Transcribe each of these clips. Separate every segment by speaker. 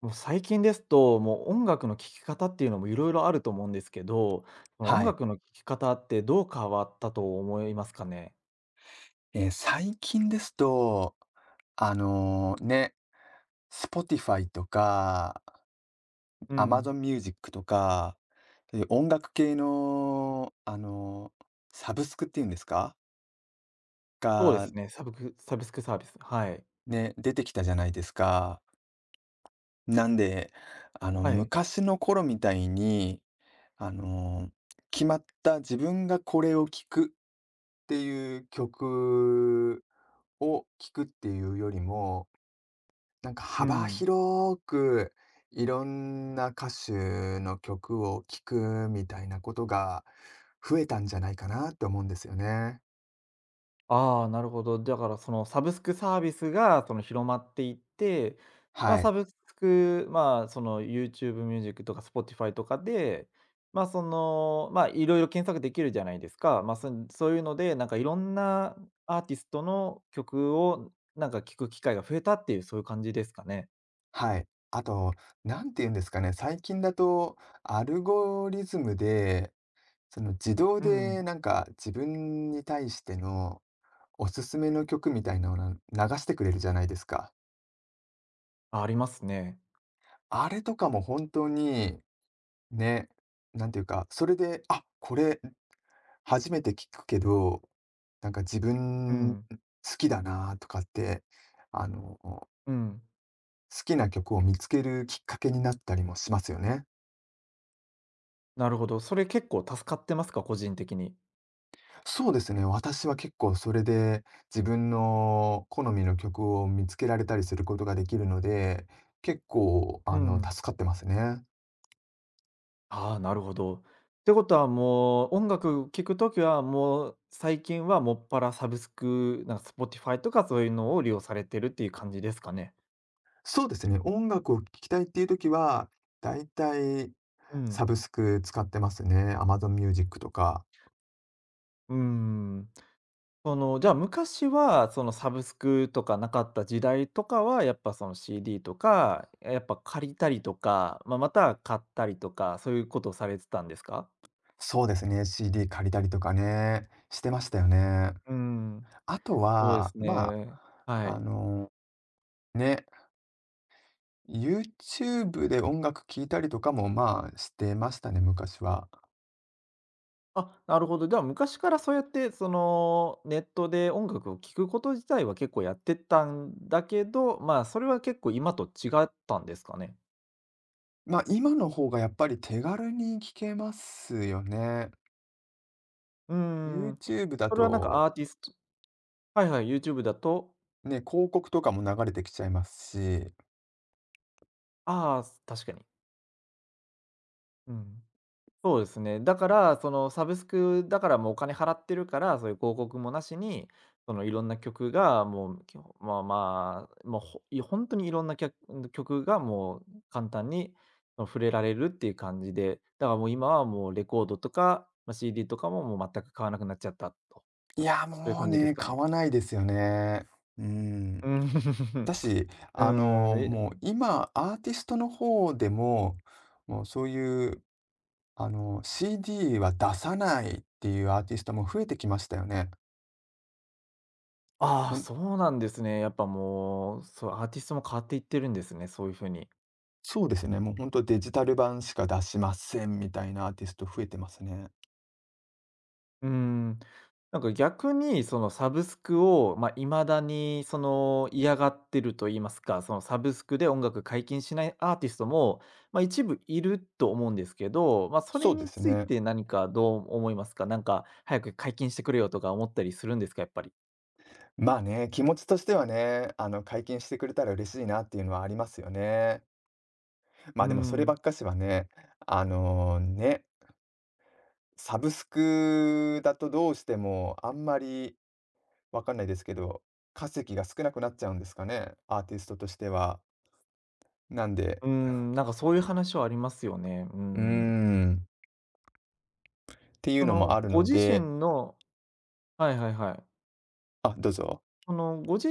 Speaker 1: もう最近ですと、もう音楽の聴き方っていうのもいろいろあると思うんですけど、その音
Speaker 2: はい。
Speaker 1: 楽の聴き方ってどう変わったと思いますかね？
Speaker 2: 最近ですと、あのーね、Spotify とか、
Speaker 1: うん。
Speaker 2: Amazon Music とか、そういう音楽系の、サブスクっていうんですか
Speaker 1: そうで
Speaker 2: が、
Speaker 1: すね、サブスクサービス。はい。
Speaker 2: ね、出てきたじゃないですか。なんで、あの、
Speaker 1: はい。
Speaker 2: 昔の頃みたいに、あのー決まった自分がこれを聴くっていう曲を聴くっていうよりも、なんか
Speaker 1: う
Speaker 2: 幅
Speaker 1: ん。
Speaker 2: 広く、いろんな歌手の曲を聴くみたいなことが増えたんじゃないかなって思うんですよね。
Speaker 1: ああ、なるほど。だからそのサブスクサービスがその広まっていって、まあ、
Speaker 2: はい。
Speaker 1: サブスク、まあ、その YouTube ミュージックとか Spotify とかで、まあ、その、まあ、いろいろ検索できるじゃないですか。まあ、そういうので、なんかいろんなアーティストの曲をなんか聞く機会が増えたっていう、そういう感じですかね。
Speaker 2: はい。あと、なんて言うんですかね、最近だとアルゴリズムで、その自動
Speaker 1: う
Speaker 2: で
Speaker 1: ん。
Speaker 2: なんか自分に対してのおすすめの曲みたいなのを流してくれるじゃないですか。
Speaker 1: あ、ありますね。
Speaker 2: あれとかも本当に、ね、なんていうか、それで、あ、これ初めて聞くけど、なんか自
Speaker 1: う
Speaker 2: 分好
Speaker 1: ん。
Speaker 2: きだなとかって、あの、好
Speaker 1: うん。
Speaker 2: きな曲を見つけるきっかけになったりもしますよね。
Speaker 1: なるほど。それ結構助かってますか、個人的に。
Speaker 2: そうですね、私は結構それで自分の好みの曲を見つけられたりすることができるので、結構、
Speaker 1: う
Speaker 2: あの、
Speaker 1: ん。
Speaker 2: 助かってますね。
Speaker 1: ああ、なるほど。ってことはもう、音楽聴くときは、もう最近はもっぱらサブスク、なんか Spotify とかそういうのを利用されてるっていう感じですかね？
Speaker 2: そうですね、音楽を聴きたいっていう時は、だいたい
Speaker 1: う
Speaker 2: サ
Speaker 1: ん。
Speaker 2: ブスク使ってますね。Amazon Music とか。
Speaker 1: うーん。その、じゃあ昔は、そのサブスクとかなかった時代とかは、やっぱその CD とか、やっぱ借りたりとか、まあ、または買ったりとか、そういうことをされてたんですか？
Speaker 2: そうですね、CD 借りたりとかね、してましたよね。
Speaker 1: うーん、
Speaker 2: あと
Speaker 1: そうで
Speaker 2: は、
Speaker 1: す
Speaker 2: ま
Speaker 1: ね。は
Speaker 2: あ、あ
Speaker 1: い。
Speaker 2: の、ね、YouTube で音楽聴いたりとかも、まあ、してましたね、昔は。
Speaker 1: あ、なるほど。では、昔からそうやって、その、ネットで音楽を聴くこと自体は結構やってたんだけど、まあ、それは結構今と違ったんですかね。
Speaker 2: まあ、今の方がやっぱり手軽に聴けますよね。
Speaker 1: うーん。
Speaker 2: YouTube だ
Speaker 1: それはなんか
Speaker 2: と、
Speaker 1: アーティスト。はいはい、YouTube だと。
Speaker 2: ね、広告とかも流れてきちゃいますし、
Speaker 1: ああ、確かに。うん。そうですね。だから、そのサブスクだからもうお金払ってるから、そういう広告もなしに、そのいろんな曲がもう、まあまあ、もう本当にいろんな曲がもう簡単にその触れられるっていう感じで、だからもう今はもうレコードとか、まあ、CD とかも、もう全く買わなくなっちゃったと、そ
Speaker 2: いや、
Speaker 1: ういう
Speaker 2: もう
Speaker 1: 感じです
Speaker 2: ね、
Speaker 1: か
Speaker 2: 買
Speaker 1: ね。
Speaker 2: わないですよね。うー
Speaker 1: う
Speaker 2: ん。
Speaker 1: ん。
Speaker 2: だ し、
Speaker 1: うー
Speaker 2: あの、
Speaker 1: ん、
Speaker 2: もう今、アーティストの方でも、もうそういう、あの、CD は出さないっていうアーティストも増えてきましたよね。
Speaker 1: あ
Speaker 2: ほ
Speaker 1: あ、
Speaker 2: ん
Speaker 1: そうなんですね。やっぱもう、そう、アーティストも変わっていってるんですね、そういう風に。
Speaker 2: そうですね、もう本当デジタル版しか出しませんみたいなアーティスト増えてますね。
Speaker 1: うーん。なんか逆にそのサブスクを、まあ、未だにその嫌がってると言いますか、そのサブスクで音楽解禁しないアーティストも、まあ、一部いると思うんですけど、まあ、それ
Speaker 2: そうで
Speaker 1: に
Speaker 2: す
Speaker 1: つい
Speaker 2: ね。
Speaker 1: て何かどう思いますか？なんか早く解禁してくれよとか思ったりするんですか？やっぱり。
Speaker 2: まあね、気持ちとしてはね、あの、解禁してくれたら嬉しいなっていうのはありますよね。ま
Speaker 1: う
Speaker 2: あ、
Speaker 1: ー
Speaker 2: でもそれば
Speaker 1: ん。
Speaker 2: っかしはね、あの、ね、サブスクだとどうしてもあんまりわかんないですけど、稼ぎが少なくなっちゃうんですかね、アーティストとしては。なんで、
Speaker 1: うーん、なんかそういう話はありますよね。うー
Speaker 2: うー
Speaker 1: ん。
Speaker 2: ん、っていう
Speaker 1: そ
Speaker 2: のも
Speaker 1: の
Speaker 2: ある
Speaker 1: ご
Speaker 2: の
Speaker 1: 自
Speaker 2: で、
Speaker 1: 身の。はいはいはい。
Speaker 2: あ、どうぞ。
Speaker 1: その、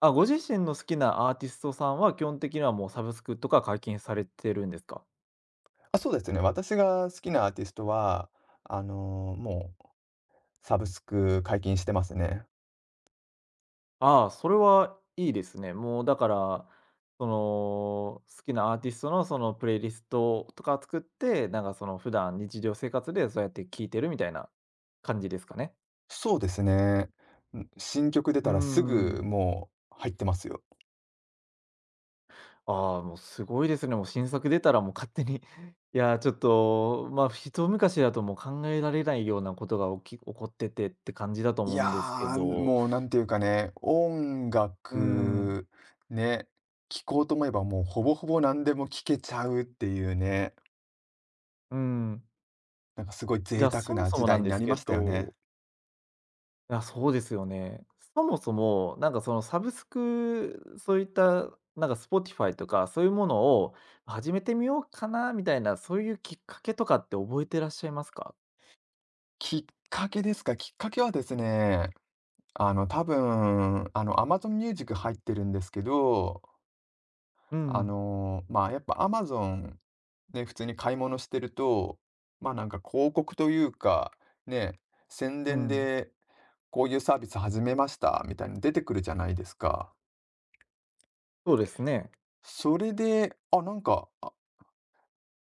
Speaker 1: あ、ご自身の好きなアーティストさんは、基本的にはもうサブスクとか解禁されてるんですか？
Speaker 2: あ、そうですね、私が好きなアーティストは、あの、もうサブスク解禁してますね。
Speaker 1: ああ、それはいいですね。もうだから、その、好きなアーティストのそのプレイリストとか作って、なんかその普段日常生活でそうやって聴いてるみたいな感じですかね？
Speaker 2: そうですね。ん、新曲出
Speaker 1: うー
Speaker 2: たらすぐ
Speaker 1: ん。
Speaker 2: もう入ってますよ。
Speaker 1: ああ、もうすごいですね。もう新作出たらもう勝手に いやー、ちょっと、まあ、一昔だともう考えられないようなことが起こっててって感じだと
Speaker 2: い
Speaker 1: 思う
Speaker 2: や
Speaker 1: んですけ
Speaker 2: ー、
Speaker 1: ど。
Speaker 2: もうなんていうかね、音
Speaker 1: うん、
Speaker 2: 楽ね、聴こうと思えばもうほぼほぼ何でも聴けちゃうっていうね。
Speaker 1: うん。
Speaker 2: なんかすごい
Speaker 1: じ
Speaker 2: 贅
Speaker 1: ゃあ、
Speaker 2: 沢
Speaker 1: そも
Speaker 2: な
Speaker 1: そ
Speaker 2: 時
Speaker 1: もな
Speaker 2: 代
Speaker 1: ん
Speaker 2: に
Speaker 1: で
Speaker 2: な
Speaker 1: す
Speaker 2: りま
Speaker 1: け
Speaker 2: したよね。
Speaker 1: ど。あ、そうですよね。そもそも、なんかそのサブスク、そういった、なんか Spotify とか、そういうものを始めてみようかなみたいな、そういうきっかけとかって覚えてらっしゃいますか？
Speaker 2: きっかけですか、きっかけはですね、あの、多分、あの、Amazon Music 入ってるんですけど、
Speaker 1: うんう
Speaker 2: あ
Speaker 1: ん。
Speaker 2: の、まあ、やっぱ Amazon ね、普通に買い物してると、まあ、なんか広告というか、ね、宣
Speaker 1: う
Speaker 2: 伝
Speaker 1: ん。
Speaker 2: でこういうサービス始めましたみたいに出てくるじゃないですか。
Speaker 1: そうですね。
Speaker 2: それで、あ、なんか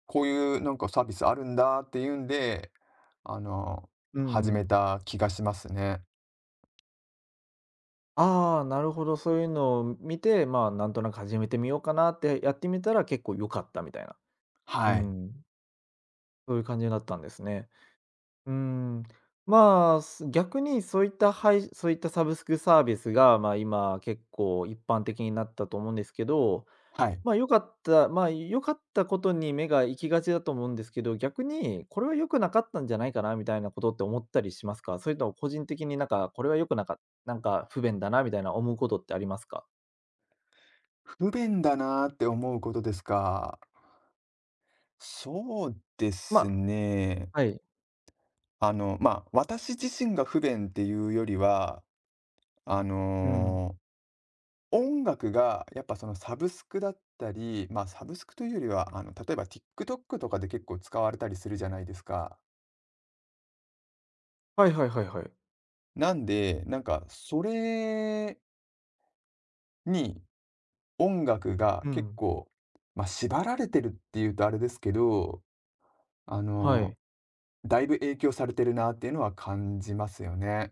Speaker 2: こういうなんかサービスあるんだっていうんで、あの、
Speaker 1: うん
Speaker 2: 始
Speaker 1: う
Speaker 2: め
Speaker 1: ん。
Speaker 2: た気がしますね。
Speaker 1: ああ、なるほど、そういうのを見て、まあ、なんとなく始めてみようかなってやってみたら結構良かったみたいな。う
Speaker 2: はい。
Speaker 1: ん、そういう感じになったんですね。うーん、まあ、逆にそういった配そういったサブスクサービスが、まあ、今結構一般的になったと思うんですけど、
Speaker 2: はい。
Speaker 1: まあ、良かったことに目が行きがちだと思うんですけど、逆にこれは良くなかったんじゃないかなみたいなことって思ったりしますか？それとも個人的になんか、これは良くなかなんか不便だなみたいな思うことってありますか？
Speaker 2: 不便だなって思うことですか。そうで
Speaker 1: ま
Speaker 2: す
Speaker 1: あ、
Speaker 2: ね。
Speaker 1: はい。
Speaker 2: あの、まあ、私自身が不便っていうよりは、あ
Speaker 1: うん。
Speaker 2: の、音楽がやっぱそのサブスクだったり、まあ、サブスクというよりは、あの、例えば TikTok とかで結構使われたりするじゃないですか。
Speaker 1: はいはいはいはい。
Speaker 2: なんで、なんかそれに音楽が
Speaker 1: う
Speaker 2: 結
Speaker 1: ん。
Speaker 2: 構、まあ、縛られてるっていうとあれですけど、あ
Speaker 1: は
Speaker 2: の、
Speaker 1: い。
Speaker 2: だいぶ影響されてるなっていうのは感じますよね。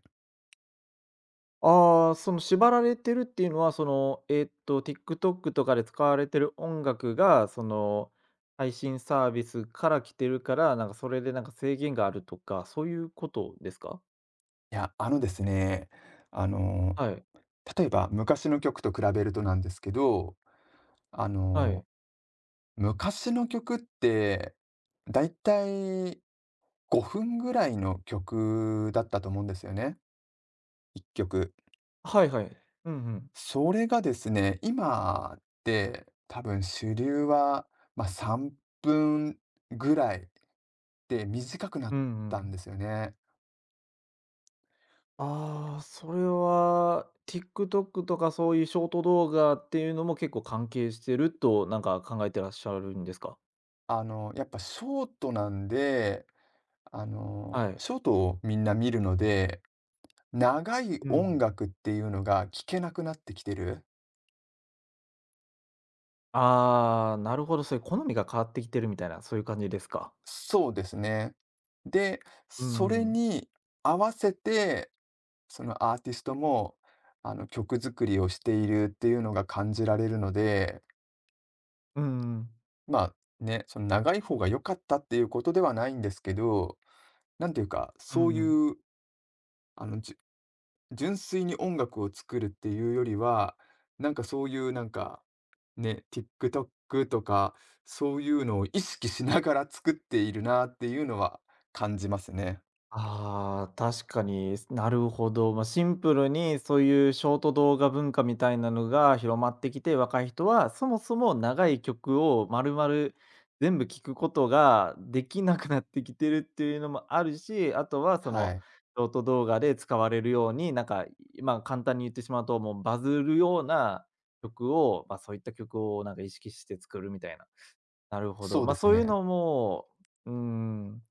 Speaker 1: ああ、その縛られてるっていうのは、その、TikTok とかで使われてる音楽が、その、配信サービスから来てるから、なんかそれでなんか制限があるとか、そういうことですか？
Speaker 2: いや、あのですね、あの、
Speaker 1: はい。
Speaker 2: 例えば昔の曲と比べるとなんですけど、あ
Speaker 1: は
Speaker 2: の、
Speaker 1: い。
Speaker 2: 昔の曲って、だいたい5分ぐらいの曲だったと思うんですよね、1曲。
Speaker 1: はいはい。うんうん。
Speaker 2: それがですね、今って多分主流は、まあ、3分ぐらいで短くなっ
Speaker 1: うんう
Speaker 2: たん
Speaker 1: ん。
Speaker 2: ですよね。こ
Speaker 1: ああ、それは TikTok とかそういうショート動画っていうのも結構関係してると、なんか考えてらっしゃるんですか？
Speaker 2: あの、やっぱショートなんで、あの、
Speaker 1: はい。
Speaker 2: ショートをみんな見るので、長い
Speaker 1: うんう
Speaker 2: 音
Speaker 1: ん。
Speaker 2: 楽っていうのが聞けなくなってきてる。
Speaker 1: ああ、なるほど、そういう好みが変わってきてるみたいな、そういう感じですか？
Speaker 2: そうですね。で、
Speaker 1: う
Speaker 2: それ
Speaker 1: ん。
Speaker 2: に合わせて、そのアーティストも、あの、曲作りをしているっていうのが感じられるので、
Speaker 1: うんうん。
Speaker 2: まあね、その長い方が良かったっていうことではないんですけど、なんていうか、そういう、あの、純粋に音楽を作るっていうよりは、なんかそういうなんか、ね、TikTok とか、そういうのを意識しながら作っているなっていうのは感じますね。
Speaker 1: ああ、確かに、なるほど。まあ、シンプルにそういうショート動画文化みたいなのが広まってきて、若い人はそもそも長い曲を丸々全部聴くことができなくなってきてるっていうのもあるし、あとはそ
Speaker 2: は
Speaker 1: の
Speaker 2: い。
Speaker 1: ショート動画で使われるように、なんか、まあ、簡単に言ってしまうと、もうバズるような曲を、まあ、そういった曲をなんか意識して作るみたいな。なるほど。
Speaker 2: そうで
Speaker 1: ま、
Speaker 2: す
Speaker 1: そういう
Speaker 2: ね。
Speaker 1: のも、うーん、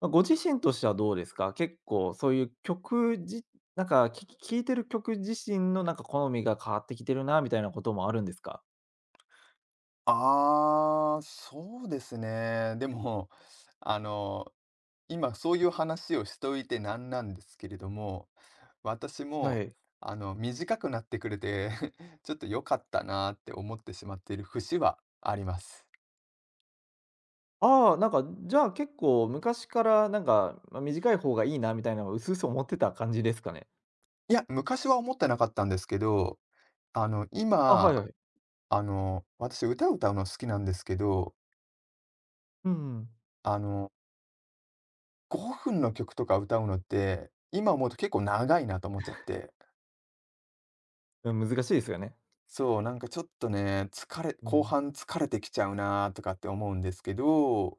Speaker 1: まあ、ご自身としてはどうですか？結構そういうなんか、聴いてる曲自身のなんか好みが変わってきてるなみたいなこともあるんですか？
Speaker 2: ああ、そうですね。でも、あの今そういう話をしといてなんなんですけれども、私
Speaker 1: は
Speaker 2: も、
Speaker 1: い。
Speaker 2: あの、短くなってくれて ちょっと良かったなーって思ってしまっている節はあります。
Speaker 1: ああ、なんか、じゃあ結構昔からなんか、まあ、短い方がいいなみたいなのを薄々思ってた感じですかね？
Speaker 2: いや、昔は思ってなかったんですけど、あの、
Speaker 1: あ、はい
Speaker 2: 今、
Speaker 1: はい。
Speaker 2: あの、私歌を歌うの好きなんですけど、
Speaker 1: うんうん。
Speaker 2: あの、5分の曲とか歌うのって、今思うと結構長いなと思っちゃって、
Speaker 1: うん、難しいですよね。
Speaker 2: そう、なんかちょっとね、
Speaker 1: う
Speaker 2: 後
Speaker 1: ん。
Speaker 2: 半疲れてきちゃうなーとかって思うんですけど、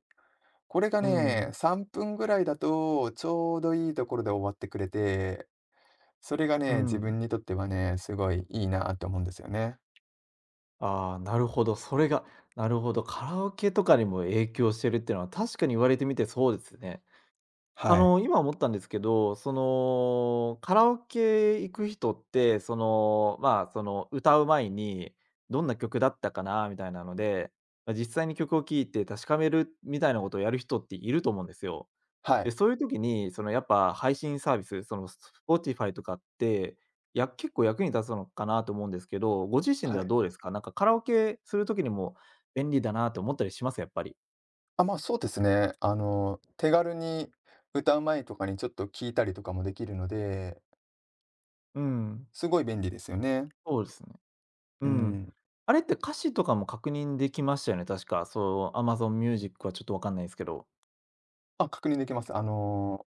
Speaker 2: これが
Speaker 1: う
Speaker 2: ね、
Speaker 1: ん。
Speaker 2: 3分ぐらいだと、ちょうどいいところで終わってくれて、それが
Speaker 1: う
Speaker 2: ね、自
Speaker 1: ん。
Speaker 2: 分にとってはね、すごいいいなって思うんですよね。
Speaker 1: ああ、なるほど。それがなるほど、カラオケとかにも影響してるっていうのは、確かに言われてみてそうですね。あ
Speaker 2: はい。
Speaker 1: の、今思ったんですけど、その、カラオケ行く人って、その、まあ、その、歌う前に、どんな曲だったかなみたいなので、ま、実際に曲を聴いて確かめるみたいなことをやる人っていると思うんですよ。
Speaker 2: は
Speaker 1: で、
Speaker 2: い。
Speaker 1: そういう時に、その、やっぱ配信サービス、その、Spotify とかって、結構役に立つのかなと思うんですけど、ご自身
Speaker 2: は
Speaker 1: では
Speaker 2: い。
Speaker 1: どうですか？なんかカラオケする時にも便利だなって思ったりします？やっぱり。
Speaker 2: あ、まあ、そうですね。あの、手軽に歌う前とかにちょっと聞いたりとかもできるので、
Speaker 1: うん、
Speaker 2: すごい便利ですよね。
Speaker 1: そうですね。
Speaker 2: う
Speaker 1: うん。
Speaker 2: ん。
Speaker 1: あれって歌詞とかも確認できましたよね、確か。そう、Amazon Music はちょっとわかんないですけど。
Speaker 2: あ、確認できます。あの、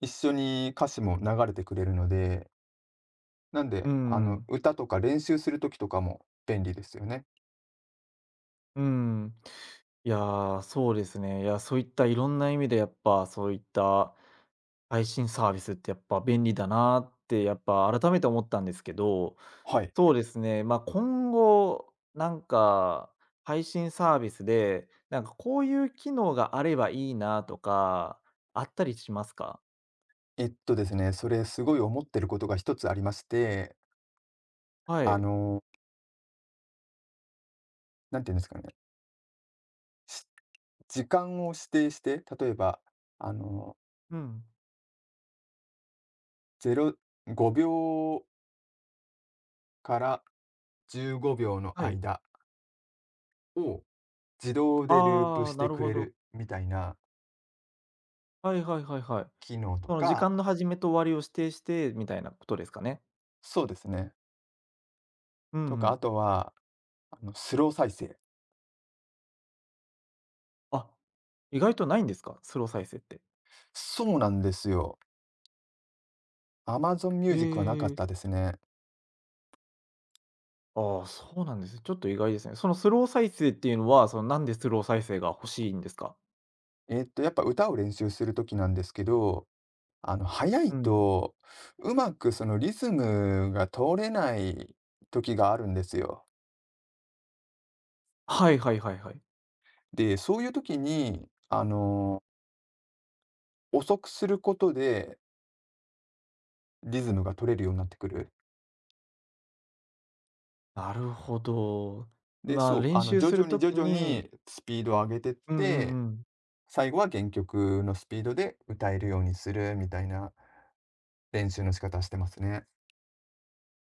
Speaker 2: 一緒に歌詞も流れてくれるので、なん
Speaker 1: う
Speaker 2: で、あの、
Speaker 1: ん。
Speaker 2: 歌とか練習するときとかも便利ですよね。
Speaker 1: うん。いやー、そうですね。いや、そういったいろんな意味でやっぱ、そういった配信サービスってやっぱ便利だなーってやっぱ改めて思ったんですけど、
Speaker 2: はい。
Speaker 1: そうですね、まあ、今後、なんか、配信サービスで、なんかこういう機能があればいいなとか、あったりしますか？
Speaker 2: えっとですね、それすごい思ってることが一つありまして、
Speaker 1: は
Speaker 2: あ
Speaker 1: い。
Speaker 2: の、何て言うんですかね、し時間を指定して、例えば、あの、
Speaker 1: うん。
Speaker 2: 05秒から15秒の
Speaker 1: はい。
Speaker 2: 間を自動でループ
Speaker 1: ああ、
Speaker 2: し
Speaker 1: な
Speaker 2: て
Speaker 1: る
Speaker 2: く
Speaker 1: ほ
Speaker 2: れ
Speaker 1: ど。
Speaker 2: るみたいな
Speaker 1: はいはいはいはい。
Speaker 2: 機能と
Speaker 1: その時
Speaker 2: か、
Speaker 1: 間の始めと終わりを指定してみたいなことですかね？
Speaker 2: そうですね、
Speaker 1: うん
Speaker 2: と
Speaker 1: う
Speaker 2: か、あ
Speaker 1: ん。
Speaker 2: とは、あの、スロー再生。
Speaker 1: あ、意外とないんですか？スロー再生って。
Speaker 2: そうなんですよ。Amazon Music はなかっ
Speaker 1: ええ。
Speaker 2: たですね。
Speaker 1: ああ、そうなんですね。ちょっと意外ですね。そのスロー再生っていうのは、そのなんでスロー再生が欲しいんですか？
Speaker 2: えっと、やっぱ歌を練習する時なんですけど、あの、速い
Speaker 1: うん。
Speaker 2: と、うまくそのリズムが通れない時があるんですよ。
Speaker 1: はいはいはいはい。
Speaker 2: で、そういう時に、あの、遅くすることでリズムが取れるようになってくる。
Speaker 1: なるほど。
Speaker 2: で、
Speaker 1: まあ、
Speaker 2: そう、
Speaker 1: 練
Speaker 2: あの、
Speaker 1: 習
Speaker 2: 徐
Speaker 1: す
Speaker 2: 々
Speaker 1: る
Speaker 2: に
Speaker 1: と
Speaker 2: 徐
Speaker 1: き
Speaker 2: 々
Speaker 1: に、
Speaker 2: にスピードを上げてっ
Speaker 1: うんう
Speaker 2: て、
Speaker 1: んうん。
Speaker 2: 最後は原曲のスピードで歌えるようにするみたいな練習の仕方してますね。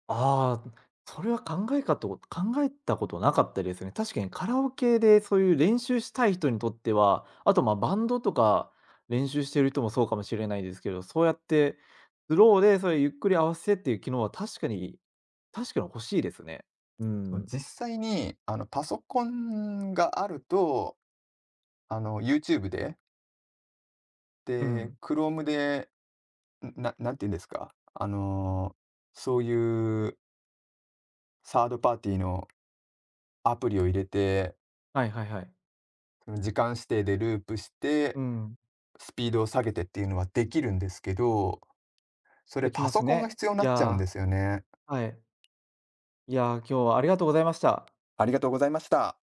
Speaker 1: ああ、それは考えたことなかったですね。確かにカラオケでそういう練習したい人にとっては、あと、ま、バンドとか練習してる人もそうかもしれないですけど、そうやってスローでそれゆっくり合わせてっていう機能は確かに確かに欲しいですね。う
Speaker 2: そう
Speaker 1: ん。
Speaker 2: 実際に、あの、パソコンがあると、あの、YouTube で、
Speaker 1: う
Speaker 2: で、
Speaker 1: ん。
Speaker 2: Chrome でなんて言うんですか、あの、そういうサードパーティーのアプリを入れて、
Speaker 1: はいはいはい。
Speaker 2: その時間指定でループし
Speaker 1: う
Speaker 2: て、
Speaker 1: ん。
Speaker 2: スピードを下げてっていうのはできるんですけど、それ
Speaker 1: でき
Speaker 2: パ
Speaker 1: ます
Speaker 2: ソコンが
Speaker 1: ね。
Speaker 2: 必要に
Speaker 1: い
Speaker 2: な
Speaker 1: や
Speaker 2: っちゃうんですよね。
Speaker 1: ー、はい。いやー、今日はありがとうございました。
Speaker 2: ありがとうございました。